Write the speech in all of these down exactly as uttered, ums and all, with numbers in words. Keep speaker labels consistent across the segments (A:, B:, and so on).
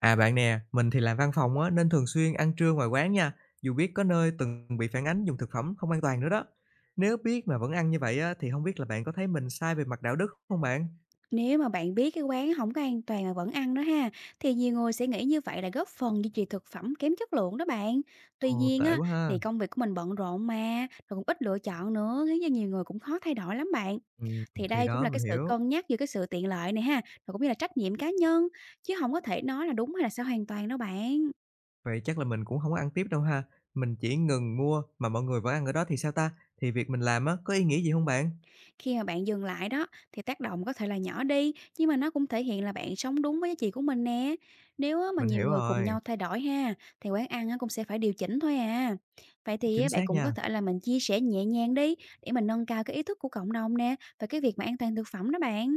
A: À bạn nè, mình thì làm văn phòng á, nên thường xuyên ăn trưa ngoài quán nha, dù biết có nơi từng bị phản ánh dùng thực phẩm không an toàn nữa đó. Nếu biết mà vẫn ăn như vậy á, thì không biết là bạn có thấy mình sai về mặt đạo đức không bạn?
B: Nếu mà bạn biết cái quán không có an toàn mà vẫn ăn đó ha, thì nhiều người sẽ nghĩ như vậy là góp phần duy trì thực phẩm kém chất lượng đó bạn. Tuy
A: Ồ,
B: nhiên
A: tệ
B: á,
A: quá ha.
B: thì công việc của mình bận rộn mà, rồi cũng ít lựa chọn nữa, khiến cho nhiều người cũng khó thay đổi lắm bạn.
A: Ừ,
B: Thì
A: thì
B: đây cũng
A: đó,
B: là cái
A: mình
B: sự
A: hiểu.
B: cân nhắc giữa cái sự tiện lợi này ha, rồi cũng như là trách nhiệm cá nhân, chứ không có thể nói là đúng hay là sai hoàn toàn đó bạn.
A: Vậy chắc là mình cũng không có ăn tiếp đâu ha. Mình chỉ ngừng mua mà mọi người vẫn ăn ở đó thì sao ta? Thì việc mình làm á, có ý nghĩa gì không bạn?
B: Khi mà bạn dừng lại đó, thì tác động có thể là nhỏ đi, nhưng mà nó cũng thể hiện là bạn sống đúng với giá trị của mình nè. Nếu á, mà
A: Mình
B: nhiều
A: hiểu
B: người cùng
A: rồi,
B: nhau thay đổi ha, thì quán ăn á, cũng sẽ phải điều chỉnh thôi à. Vậy thì
A: chính
B: á, bạn
A: xác
B: cũng có
A: nha.
B: thể là mình chia sẻ nhẹ nhàng đi, để mình nâng cao cái ý thức của cộng đồng nè, và cái việc mà an toàn thực phẩm đó bạn.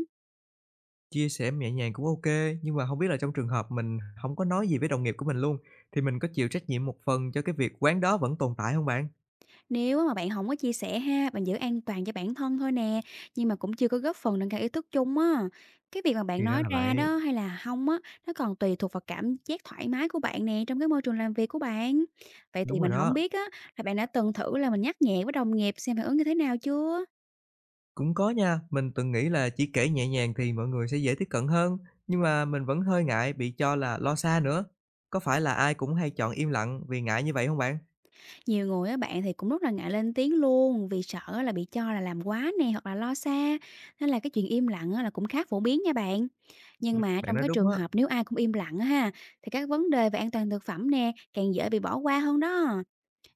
A: Chia sẻ nhẹ nhàng cũng ok, nhưng mà không biết là trong trường hợp mình không có nói gì với đồng nghiệp của mình luôn, thì mình có chịu trách nhiệm một phần cho cái việc quán đó vẫn tồn tại không bạn?
B: Nếu mà bạn không có chia sẻ ha, bạn giữ an toàn cho bản thân thôi nè, nhưng mà cũng chưa có góp phần nâng cao ý thức chung á. Cái việc mà bạn
A: Thì ra
B: nói
A: là
B: ra
A: vậy,
B: đó hay là không á, nó còn tùy thuộc vào cảm giác thoải mái của bạn nè, trong cái môi trường làm việc của bạn. Vậy
A: đúng
B: thì
A: rồi
B: mình không
A: đó.
B: biết á, là bạn đã từng thử là mình nhắc nhẹ với đồng nghiệp xem phản ứng như thế nào chưa?
A: Cũng có nha, mình từng nghĩ là chỉ kể nhẹ nhàng thì mọi người sẽ dễ tiếp cận hơn, nhưng mà mình vẫn hơi ngại bị cho là lo xa nữa. Có phải là ai cũng hay chọn im lặng vì ngại như vậy không bạn?
B: Nhiều người á bạn, thì cũng rất là ngại lên tiếng luôn, vì sợ á là bị cho là làm quá nè, hoặc là lo xa, nên là cái chuyện im lặng á là cũng khá phổ biến nha bạn.
A: Ừm,
B: Nhưng mà
A: bạn
B: trong
A: nói
B: cái
A: đúng
B: trường
A: á,
B: hợp nếu ai cũng im lặng á ha, thì các vấn đề về an toàn thực phẩm nè càng dễ bị bỏ qua hơn đó.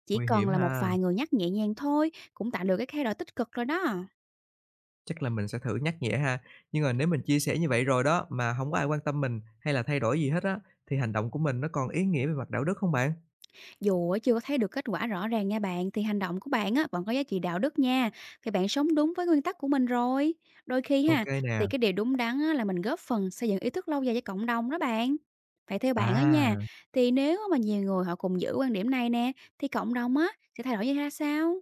B: Chỉ
A: nguy
B: cần
A: hiểm
B: là một
A: ha.
B: vài người nhắc nhẹ nhàng thôi, cũng tạo được cái thay đổi tích cực rồi đó.
A: Chắc là mình sẽ thử nhắc nhẹ ha. Nhưng mà nếu mình chia sẻ như vậy rồi đó, mà không có ai quan tâm mình hay là thay đổi gì hết á, thì hành động của mình nó còn ý nghĩa về mặt đạo đức không bạn?
B: Dù á chưa có thấy được kết quả rõ ràng nha bạn, thì hành động của bạn á vẫn có giá trị đạo đức nha, thì bạn sống đúng với nguyên tắc của mình rồi. Đôi khi
A: Ok
B: ha,
A: nè.
B: thì cái điều đúng đắn á là mình góp phần xây dựng ý thức lâu dài cho cộng đồng đó bạn. Phải theo bạn á nha,
A: À,
B: thì nếu mà nhiều người họ cùng giữ quan điểm này nè, thì cộng đồng á sẽ thay đổi như ra sao?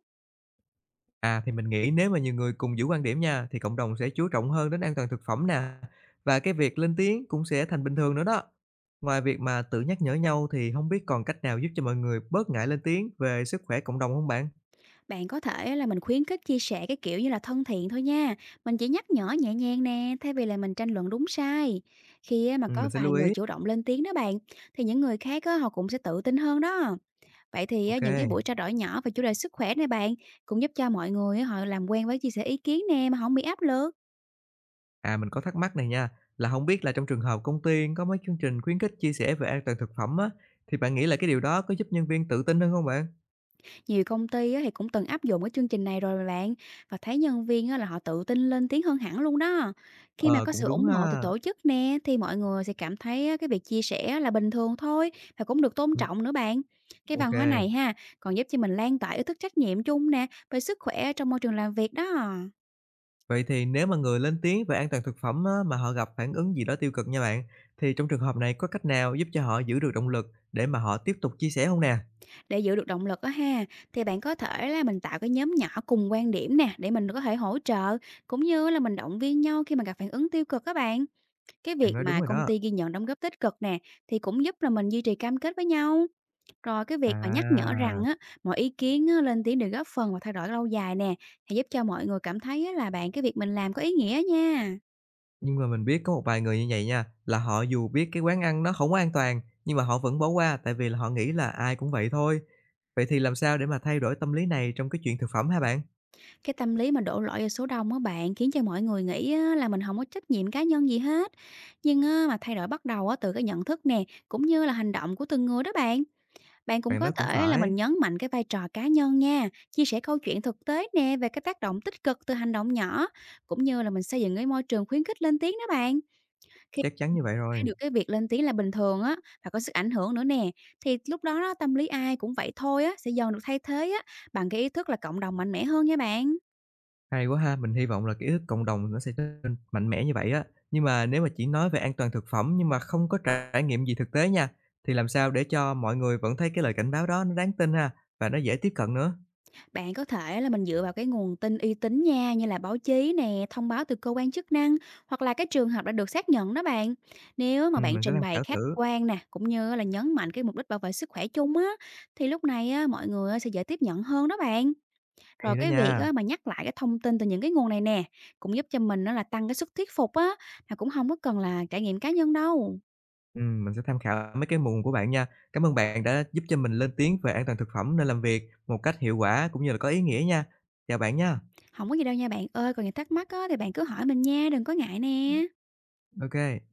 A: à, thì mình nghĩ nếu mà nhiều người cùng giữ quan điểm nha, thì cộng đồng sẽ chú trọng hơn đến an toàn thực phẩm nè, và cái việc lên tiếng cũng sẽ thành bình thường nữa đó. Ngoài việc mà tự nhắc nhở nhau thì không biết còn cách nào giúp cho mọi người bớt ngại lên tiếng về sức khỏe cộng đồng không bạn?
B: Bạn có thể là mình khuyến khích chia sẻ cái kiểu như là thân thiện thôi nha. Mình chỉ nhắc nhở nhẹ nhàng nè, thay vì là mình tranh luận đúng sai. Khi á, mà
A: Ừm,
B: có
A: mình sẽ lưu
B: vài
A: ý.
B: người chủ động lên tiếng đó bạn, thì những người khác á, họ cũng sẽ tự tin hơn đó. Vậy thì á,
A: Ok.
B: những cái buổi trao đổi nhỏ về chủ đề sức khỏe này bạn, cũng giúp cho mọi người á, họ làm quen với chia sẻ ý kiến nè, mà không bị áp lực.
A: À, mình có thắc mắc này nha, là không biết là trong trường hợp công ty có mấy chương trình khuyến khích chia sẻ về an toàn thực phẩm á, thì bạn nghĩ là cái điều đó có giúp nhân viên tự tin hơn không bạn?
B: Nhiều công ty á thì cũng từng áp dụng cái chương trình này rồi mà bạn, và thấy nhân viên á là họ tự tin lên tiếng hơn hẳn luôn đó. Khi mà
A: Ờ,
B: có
A: cũng
B: sự
A: đúng
B: ủng hộ từ
A: ha.
B: tổ chức nè, thì mọi người sẽ cảm thấy á, cái việc chia sẻ là bình thường thôi, và cũng được tôn
A: Ừm,
B: trọng nữa bạn. Cái
A: ô.
B: văn hóa này ha, còn giúp cho mình lan tỏa ý thức trách nhiệm chung nè về sức khỏe trong môi trường làm việc đó.
A: Vậy thì nếu mà người lên tiếng về an toàn thực phẩm á, mà họ gặp phản ứng gì đó tiêu cực nha bạn, thì trong trường hợp này có cách nào giúp cho họ giữ được động lực để mà họ tiếp tục chia sẻ không nè?
B: Để giữ được động lực á ha, thì bạn có thể là mình tạo cái nhóm nhỏ cùng quan điểm nè, để mình có thể hỗ trợ, cũng như là mình động viên nhau khi mà gặp phản ứng tiêu cực các bạn. Cái
A: Bạn
B: việc
A: nói đúng
B: mà
A: rồi
B: công
A: đó.
B: ty ghi nhận đóng góp tích cực nè, thì cũng giúp là mình duy trì cam kết với nhau. Rồi cái việc mà nhắc nhở
A: À.
B: rằng á, mọi ý kiến á, lên tiếng đều góp phần vào thay đổi lâu dài nè, thì giúp cho mọi người cảm thấy á, là bạn cái việc mình làm có ý nghĩa nha.
A: Nhưng mà mình biết có một vài người như vậy nha, là họ dù biết cái quán ăn nó không có an toàn, nhưng mà họ vẫn bỏ qua tại vì là họ nghĩ là ai cũng vậy thôi. Vậy thì làm sao để mà thay đổi tâm lý này trong cái chuyện thực phẩm hả bạn?
B: Cái tâm lý mà đổ lỗi vào số đông á bạn, khiến cho mọi người nghĩ á, là mình không có trách nhiệm cá nhân gì hết. Nhưng á, mà thay đổi bắt đầu á, từ cái nhận thức nè, cũng như là hành động của từng người đó bạn. Bạn cũng
A: Bạn nói
B: có
A: cũng
B: thể là
A: phải,
B: mình nhấn mạnh cái vai trò cá nhân nha, chia sẻ câu chuyện thực tế nè về cái tác động tích cực từ hành động nhỏ, cũng như là mình xây dựng cái môi trường khuyến khích lên tiếng đó bạn. Khi
A: chắc chắn
B: mình
A: như vậy
B: thấy
A: rồi.
B: được cái việc lên tiếng là bình thường á, và có sức ảnh hưởng nữa nè, thì lúc đó, đó tâm lý ai cũng vậy thôi á sẽ dần được thay thế á bằng cái ý thức là cộng đồng mạnh mẽ hơn nha bạn.
A: Hay quá ha, mình hy vọng là cái ý thức cộng đồng nó sẽ trở nên mạnh mẽ như vậy á. Nhưng mà nếu mà chỉ nói về an toàn thực phẩm nhưng mà không có trải nghiệm gì thực tế nha, thì làm sao để cho mọi người vẫn thấy cái lời cảnh báo đó nó đáng tin ha và nó dễ tiếp cận nữa.
B: Bạn có thể là mình dựa vào cái nguồn tin uy tín nha, như là báo chí nè, thông báo từ cơ quan chức năng, hoặc là cái trường hợp đã được xác nhận đó bạn. Nếu mà
A: Ừ,
B: bạn
A: mình sẽ
B: trình
A: tham
B: bày
A: khảo
B: khách
A: thử.
B: quan nè, cũng như là nhấn mạnh cái mục đích bảo vệ sức khỏe chung á, thì lúc này á, mọi người á sẽ dễ tiếp nhận hơn đó bạn. Rồi
A: Hay đó
B: cái việc
A: nha.
B: á, mà nhắc lại cái thông tin từ những cái nguồn này nè, cũng giúp cho mình nó là tăng cái sức thuyết phục á, mà cũng không có cần là trải nghiệm cá nhân đâu.
A: Ừm, mình sẽ tham khảo mấy cái nguồn của bạn nha. Cảm ơn bạn đã giúp cho mình lên tiếng về an toàn thực phẩm nơi làm việc một cách hiệu quả cũng như là có ý nghĩa nha. Chào bạn nha.
B: Không có gì đâu nha bạn ơi, còn những thắc mắc á, thì bạn cứ hỏi mình nha, đừng có ngại nè.
A: Ok.